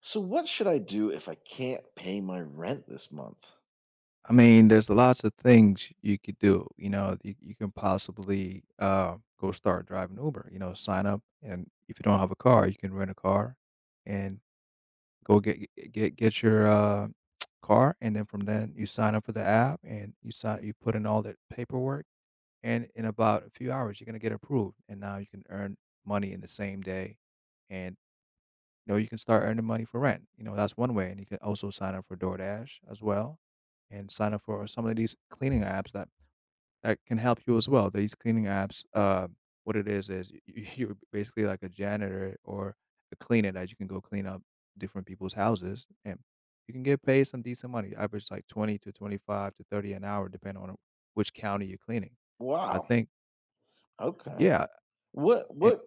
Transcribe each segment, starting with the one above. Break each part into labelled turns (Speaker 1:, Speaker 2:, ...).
Speaker 1: So, what should I do if I can't pay my rent this month?
Speaker 2: I mean, there's lots of things you could do. You know, you can possibly go start driving Uber. You know, sign up, and if you don't have a car, you can rent a car, and go get your car, and then from then you sign up for the app, and you put in all that paperwork, and in about a few hours you're gonna get approved, and now you can earn money in the same day, and you know, you can start earning money for rent. You know, that's one way, and you can also sign up for DoorDash as well, and sign up for some of these cleaning apps that can help you as well. These cleaning apps, what it is y y you're basically like a janitor or a cleaner that you can go clean up different people's houses, and you can get paid some decent money, average like 20 to 25 to 30 an hour, depending on which county you're cleaning. I
Speaker 1: Wow.
Speaker 2: think
Speaker 1: Okay.
Speaker 2: yeah,
Speaker 1: What
Speaker 2: and
Speaker 1: what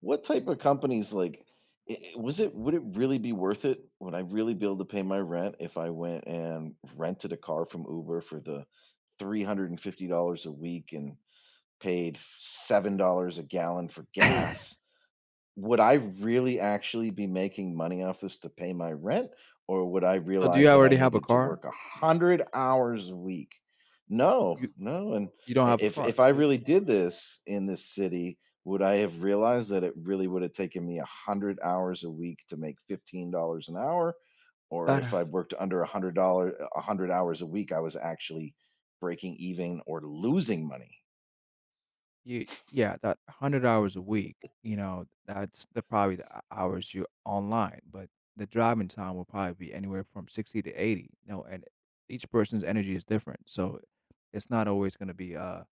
Speaker 1: what type of companies like was it, would it really be worth it? Would I really be able to pay my rent if I went and rented a car from Uber for the $350 a week and paid $7 a gallon for gas? Would I really actually be making money off this to pay my rent, or would I
Speaker 2: so do you
Speaker 1: realize that I
Speaker 2: already have a
Speaker 1: needed to
Speaker 2: car?
Speaker 1: work 100 hours a week? No,
Speaker 2: You
Speaker 1: no, and
Speaker 2: you don't
Speaker 1: I
Speaker 2: have a car,
Speaker 1: if I
Speaker 2: so
Speaker 1: really did this in this city, would I have realized that it really would have taken me 100 hours a week to make $15 an hour? Or if
Speaker 2: that
Speaker 1: I worked under $100 a 100 hours a week, I was actually breaking even or losing money.
Speaker 2: You yeah, that 100 hours a week, you know, that's the probably the h hours you're online, but the driving time will probably be anywhere from 60 to 80, you know, and each person's energy is different, so it's not always gonna be,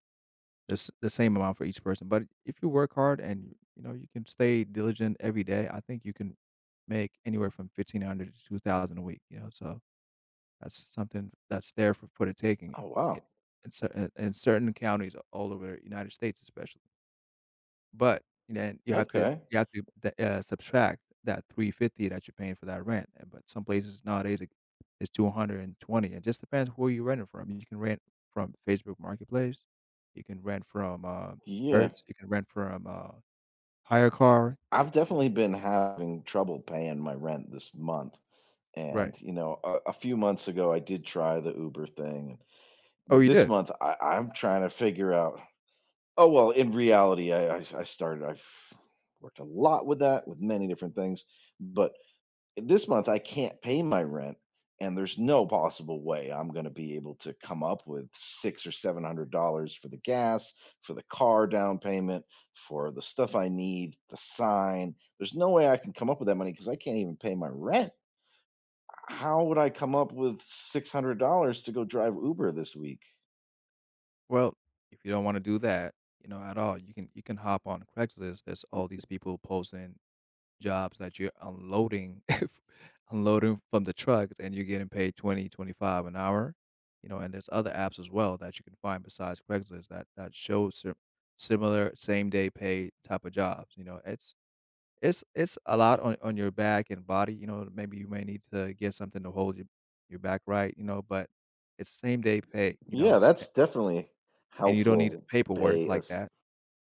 Speaker 2: the same amount for each person, but if you work hard and, you know, you can stay diligent every day, I think you can make anywhere from 1,500 to 2,000 a week, you know, so that's something that's there for the taking.
Speaker 1: Oh,
Speaker 2: It
Speaker 1: wow.
Speaker 2: in cer in certain counties all over the United States especially. But then you have to
Speaker 1: Okay.
Speaker 2: th subtract that 350 that you're paying for that rent, and but some places nowadays, it's 220. It just depends who you're renting from. You can rent from Facebook Marketplace, you can rent from,
Speaker 1: Yeah.
Speaker 2: Hertz, you can rent from, Hire Car.
Speaker 1: I've definitely been having trouble paying my rent this month.
Speaker 2: Right.
Speaker 1: And, a few months ago, I did try the Uber thing.
Speaker 2: Oh, you
Speaker 1: This
Speaker 2: did?
Speaker 1: month, I'm trying to figure out. Oh, well, in reality, I started, I've worked a lot with that, with many different things. But this month I can't pay my rent, and there's no possible way I'm going to be able to come up with six or seven hundred dollars for the gas, for the car down payment, for the stuff I need, the sign. There's no way I can come up with that money because I can't even pay my rent. How would I come up with $600 to go drive Uber this week?
Speaker 2: Well, if you don't wanna do that, you know, at all, you can hop on Craigslist. There's all these people posting jobs that you're unloading unloading from the trucks and you're getting paid 20, 25 an hour, you know, and there's other apps as well that you can find besides Craigslist that show similar same day pay type of jobs, you know. It's a lot on your back and body, you know, maybe you may need to get something to hold your back right, you know, but it's same day pay, you know,
Speaker 1: Yeah,
Speaker 2: s a
Speaker 1: that's definitely
Speaker 2: and you don't need
Speaker 1: helpful.
Speaker 2: paperwork
Speaker 1: Pay
Speaker 2: like
Speaker 1: us,
Speaker 2: that.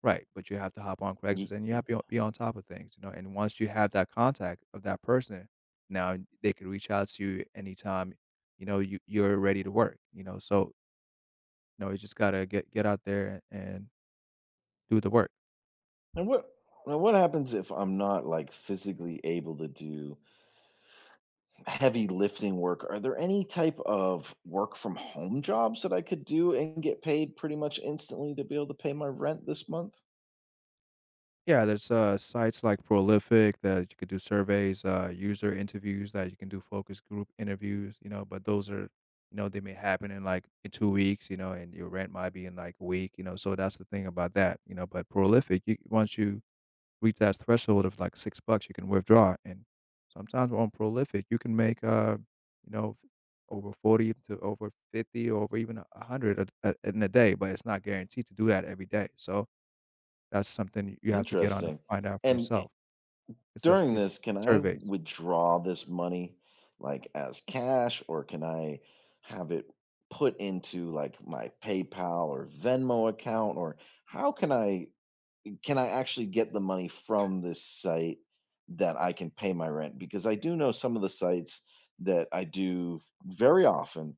Speaker 2: Right, but you have to hop on
Speaker 1: and
Speaker 2: Craigslist and you have to be on top of things, you know, and once you have that contact of that person, now they could reach out to you anytime, you know, you're ready to work, you know, so, you know, you just gotta get out there and do the work.
Speaker 1: what and what happens if I'm not, like, physically able to do heavy lifting work? Are there any type of work from home jobs that I could do and get paid pretty much instantly to be able to pay my rent this month?
Speaker 2: Yeah, there's, sites like Prolific that you could do surveys, user interviews that you can do focus group interviews, you know, but those are you know, they may happen in, like, in 2 weeks, you know, and your rent might be in, like, a week, you know, so that's the thing about that, you know, but Prolific, you once you reach that threshold of like 6 bucks, you can withdraw, and sometimes on prolific, you can make, you know, over 40 to over 50 or over even 100 a in a day, but it's not guaranteed to do that every day, so that's something you have to get on to
Speaker 1: Interesting.
Speaker 2: find out for
Speaker 1: And
Speaker 2: yourself. It's says
Speaker 1: during
Speaker 2: it's
Speaker 1: this, can I
Speaker 2: surveys.
Speaker 1: withdraw this money like as cash, or can I have it put into like my PayPal or Venmo account? Or how can I, can I actually get the money from this site that I can pay my rent? Because I do know some of the sites that I do very often,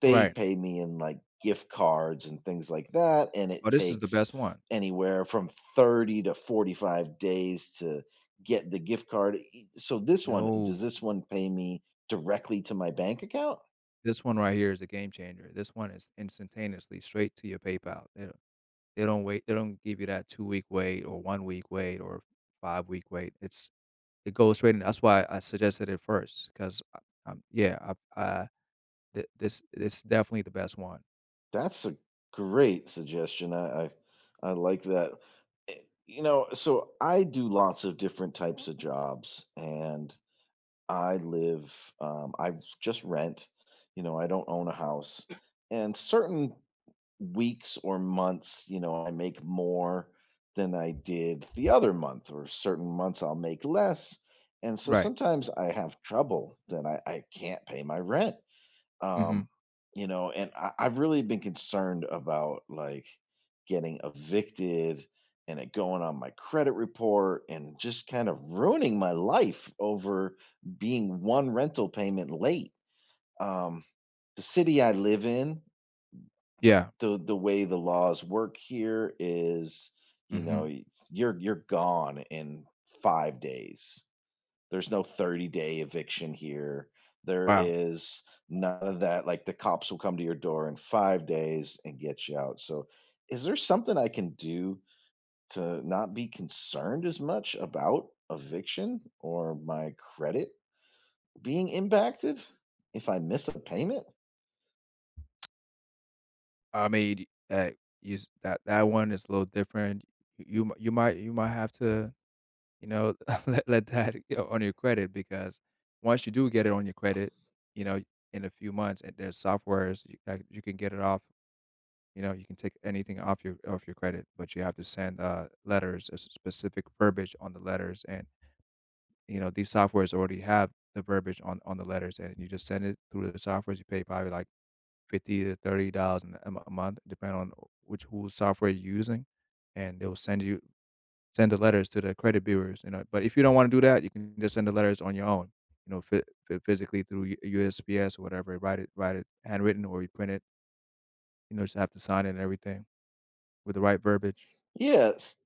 Speaker 1: they
Speaker 2: Right.
Speaker 1: pay me in like gift cards and things like that. And
Speaker 2: "Oh,
Speaker 1: it
Speaker 2: this is the
Speaker 1: takes
Speaker 2: best one."
Speaker 1: anywhere from 30 to 45 days to get the gift card. So, this one, does
Speaker 2: No.
Speaker 1: this one pay me directly to my bank account?
Speaker 2: This one right here is a game changer. This one is instantaneously straight to your PayPal. They don't wait they don't give you that two-week wait or one-week wait or five-week wait. It goes straight in. That's why I suggested it first, because, yeah, I've I th this it's definitely the best one.
Speaker 1: That's a great suggestion. I like that. Eh, You know, so I do lots of different types of jobs, and I live. I just rent. You know, I don't own a house, and certain weeks or months, you know, I make more than I did the other month, or certain months I'll make less. And so
Speaker 2: Right.
Speaker 1: sometimes I have trouble that I can't pay my rent.
Speaker 2: Mhm.
Speaker 1: Um, you know, and I've really been concerned about like getting evicted and it going on my credit report and just kind of ruining my life over being one rental payment late. Um, the city I live in,
Speaker 2: Yeah.
Speaker 1: the way the laws work here is, you know,
Speaker 2: Mhm.
Speaker 1: you're you're gone in 5 days. There's no 30-day eviction here. There
Speaker 2: Wow.
Speaker 1: is none of that, like, the cops will come to your door in 5 days and get you out. So, is there something I can do to not be concerned as much about eviction or my credit being impacted if I miss a payment?
Speaker 2: I mean, use that one is a little different. Y you m you might have to, you know, let that go on your credit because once you do get it on your credit, you know, in a few months, and there's softwares you that you can get it off. You know, you can take anything off your credit, but you have to send letters, a specific verbiage on the letters, and you know these softwares already have the verbiage on the letters, and you just send it through the softwares. You pay probably like $50 to $30 a month, depending on which whose software you're using, and they will send the letters to the credit bureaus. You know, but if you don't want to do that, you can just send the letters on your own. You know, physically through USPS or whatever, write it handwritten, or you print it. You know, just have to sign it and everything with the right verbiage.
Speaker 1: Yes.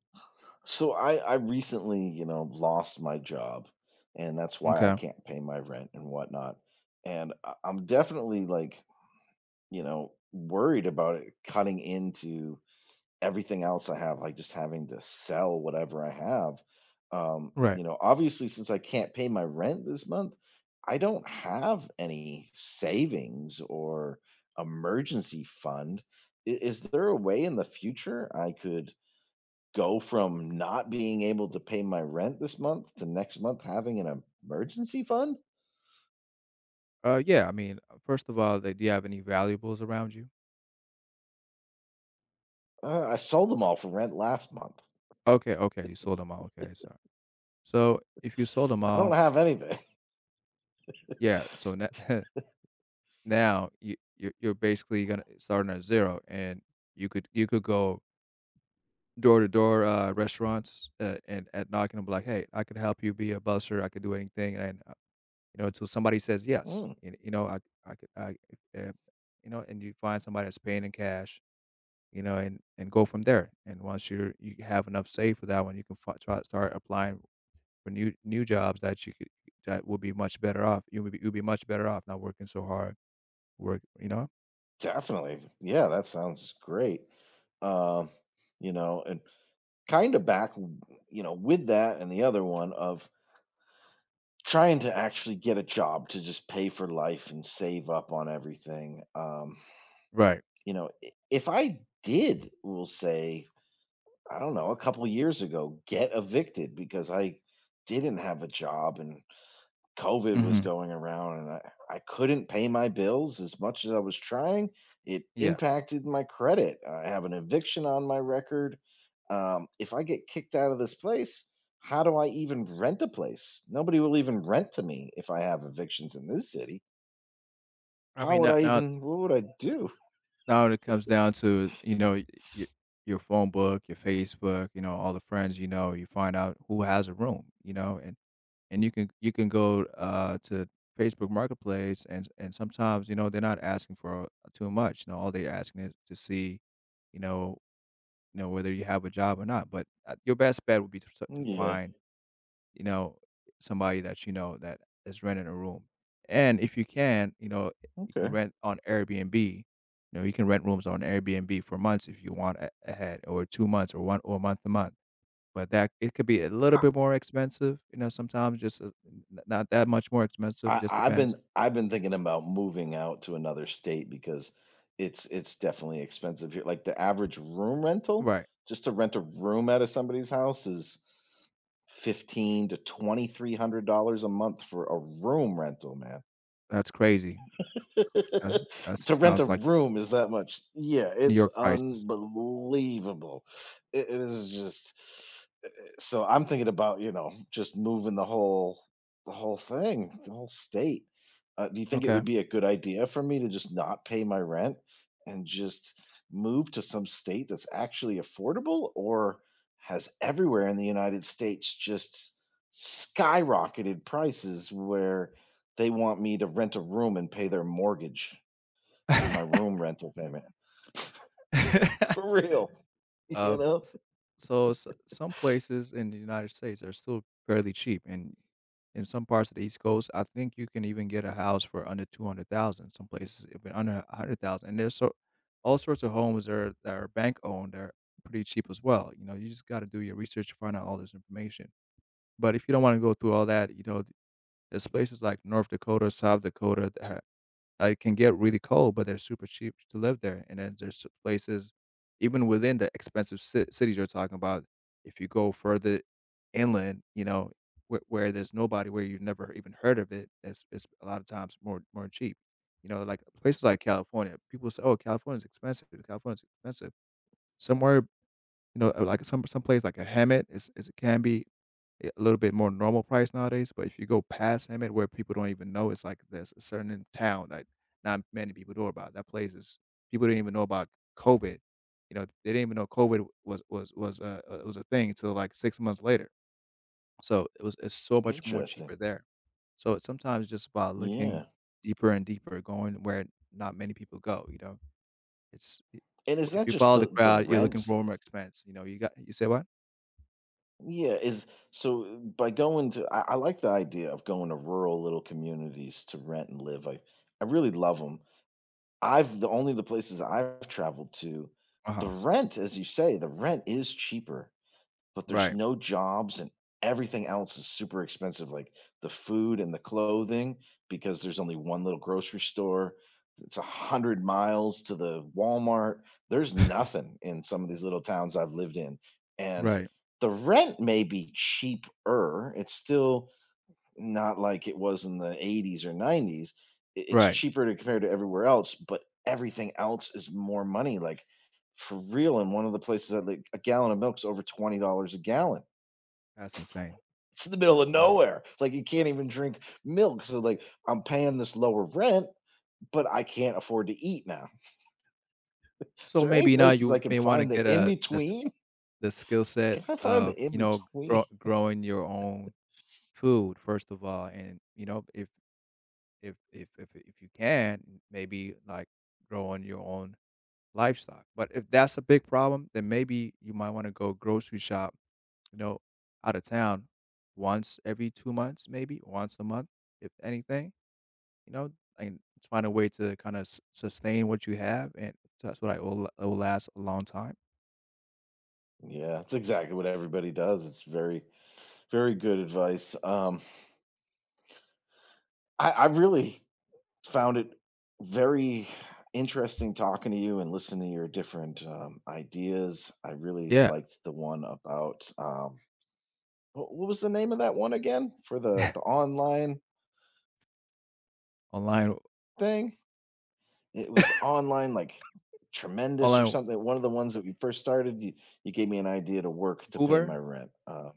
Speaker 1: So I recently, you know, lost my job, and that's why I
Speaker 2: Okay.
Speaker 1: can't pay my rent and whatnot. And I'm definitely, like, you know, worried about it cutting into everything else I have, like just having to sell whatever I have.
Speaker 2: Right.
Speaker 1: You know, obviously, since I can't pay my rent this month, I don't have any savings or emergency fund. Is there a way in the future I could go from not being able to pay my rent this month to next month having an emergency fund?
Speaker 2: Yeah. I mean, first of all, like, do you have any valuables around you?
Speaker 1: I sold them all for rent last month.
Speaker 2: Okay. Okay. You sold them all. Okay. Sorry. So if you sold them
Speaker 1: I don't
Speaker 2: all,
Speaker 1: have anything.
Speaker 2: yeah. So now you're basically gonna starting at zero, and you could go door to door restaurants and at knocking them like, hey, I could help you be a busser. I could do anything, and you know, until somebody says yes, and you know, I could I if, uh, you know, and you find somebody that's paying in cash, you know, and go from there. And once you have enough saved for that one, you can fi try start applying for new jobs that you could that will be much better off. You'll be much better off not working so hard. Work, you know?
Speaker 1: Definitely. Yeah, that sounds great. Um, you know, and kind of back, you know, with that and the other one of trying to actually get a job to just pay for life and save up on everything.
Speaker 2: Right.
Speaker 1: You know, if I did, we'll say, I don't know, a couple years ago, get evicted because I didn't have a job and COVID was
Speaker 2: Mhm.
Speaker 1: going around and I couldn't pay my bills as much as I was trying. It
Speaker 2: Yeah.
Speaker 1: impacted my credit. I have an eviction on my record. If I get kicked out of this place, how do I even rent a place? Nobody will even rent to me if I have evictions in this city.
Speaker 2: I
Speaker 1: How
Speaker 2: mean,
Speaker 1: would I even, what would I do?
Speaker 2: now it comes down to, you know, your phone book, your Facebook, you know, all the friends you know, you find out who has a room, you know, and you can go to Facebook Marketplace and sometimes you know they're not asking for too much. You know, all they're asking is to see, you know, you know whether you have a job or not. But your best bet would be to, to
Speaker 1: Yeah.
Speaker 2: find you know somebody that you know that is renting a room, and if you can, you know, you can
Speaker 1: Okay.
Speaker 2: rent on Airbnb. You know, you can rent rooms on Airbnb for months if you want ahead, or 2 months, or one or month to month but that it could be a little bit more expensive, you know, sometimes just, n not that much more expensive,
Speaker 1: I
Speaker 2: just depends.
Speaker 1: I've been thinking about moving out to another state because it's definitely expensive here. Like the average room rental,
Speaker 2: Right.
Speaker 1: just to rent a room out of somebody's house is fifteen to twenty three hundred dollars a month for a room rental, man.
Speaker 2: That's crazy. That
Speaker 1: To rent a
Speaker 2: sounds like
Speaker 1: room is that much. Yeah,
Speaker 2: New
Speaker 1: it's
Speaker 2: York prices.
Speaker 1: unbelievable. It is just, so I'm thinking about, you know, just moving the whole the whole state. Do you think it
Speaker 2: Okay.
Speaker 1: would be a good idea for me to just not pay my rent and just move to some state that's actually affordable? Or has everywhere in the United States just skyrocketed prices where they want me to rent a room and pay their mortgage with my room rental payment? For real, you
Speaker 2: Uh,
Speaker 1: know?
Speaker 2: s- so some places in the United States are still fairly cheap, and in some parts of the East Coast, I think you can even get a house for under 200,000. Some places even under 100,000. And there's so all sorts of homes that are bank owned that are pretty cheap as well. You know, you just got to do your research to find out all this information. But if you don't want to go through all that, you know, there's places like North Dakota, South Dakota, it can get really cold, but they're super cheap to live there. And then there's places, even within the expensive cities you're talking about, if you go further inland, you know, where there's nobody, where you've never even heard of it, it's a lot of times more cheap. You know, like places like California, people say, "Oh, California's expensive. California's expensive." Somewhere, you know, like some place like a Hammett, is it can be a little bit more normal price nowadays, but if you go past Hammond where people don't even know, it's like there's a certain in town that not many people know about. That place is people didn't even know about COVID. You know, they didn't even know COVID was a thing until like 6 months later. So it's so much more
Speaker 1: Interesting.
Speaker 2: cheaper there. So it's sometimes just about looking
Speaker 1: Yeah.
Speaker 2: deeper and deeper, going where not many people go. You know, it's i-
Speaker 1: And is
Speaker 2: if
Speaker 1: that
Speaker 2: you
Speaker 1: just
Speaker 2: follow the
Speaker 1: the
Speaker 2: crowd, you're looking
Speaker 1: rents?
Speaker 2: for more expense. You know, you say what?
Speaker 1: Yeah, is so by going to, I like the idea of going to rural little communities to rent and live. I really love them. I've The only the places I've traveled to, the
Speaker 2: Uh-huh.
Speaker 1: rent, as you say, the rent is cheaper, but there's
Speaker 2: Right,
Speaker 1: no jobs, and everything else is super expensive, like the food and the clothing, because there's only one little grocery store. It's a hundred miles to the Walmart. There's nothing in some of these little towns I've lived in. And
Speaker 2: right,
Speaker 1: the rent may be cheaper. It's still not like it was in the 80s or 90s. It's
Speaker 2: right.
Speaker 1: cheaper to compare to everywhere else, but everything else is more money. Like, for real, in one of the places that like a gallon of milk's over $20 a gallon.
Speaker 2: That's insane.
Speaker 1: It's in the middle of
Speaker 2: Yeah.
Speaker 1: nowhere. Like you can't even drink milk. So like I'm paying this lower rent, but I can't afford to eat now. Is
Speaker 2: So
Speaker 1: there any
Speaker 2: maybe now
Speaker 1: places I
Speaker 2: you
Speaker 1: can
Speaker 2: may wanna
Speaker 1: find the
Speaker 2: get
Speaker 1: in
Speaker 2: a the s
Speaker 1: between?
Speaker 2: the skill set
Speaker 1: Can I find the
Speaker 2: of,
Speaker 1: in
Speaker 2: you know,
Speaker 1: between?
Speaker 2: growing your own food, first of all, and, you know, if you can, maybe, like, growing your own livestock. But if that's a big problem, then maybe you might wanna go grocery shop, you know, out of town once every 2 months, maybe once a month, if anything, you know, and find a way to kinda s sustain what you have, and that's what I will it will last a long time.
Speaker 1: Yeah, it's exactly what everybody does. It's very, very good advice. I really found it very interesting talking to you and listening to your different, ideas. I really
Speaker 2: Yeah,
Speaker 1: liked the one about, what was the name of that one again for the online
Speaker 2: online
Speaker 1: thing? It was online, like, Tremendous or
Speaker 2: online
Speaker 1: something, one of the ones that we first started, you gave me an idea to work to pay my
Speaker 2: Uber
Speaker 1: rent.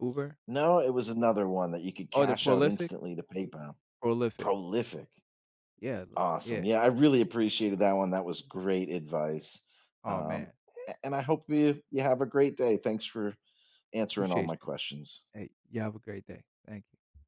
Speaker 2: Uber.
Speaker 1: No, it was another one that you could
Speaker 2: Oh, the
Speaker 1: cash out instantly to PayPal.
Speaker 2: prolific.
Speaker 1: Prolific.
Speaker 2: Yeah, li
Speaker 1: Awesome.
Speaker 2: yeah.
Speaker 1: Yeah, I really appreciated that one. That was great advice.
Speaker 2: Oh
Speaker 1: Um,
Speaker 2: man,
Speaker 1: a and I hope you you have a great day. Thanks for answering all
Speaker 2: appreciate
Speaker 1: my
Speaker 2: you.
Speaker 1: questions.
Speaker 2: Hey, you have a great day. Thank you.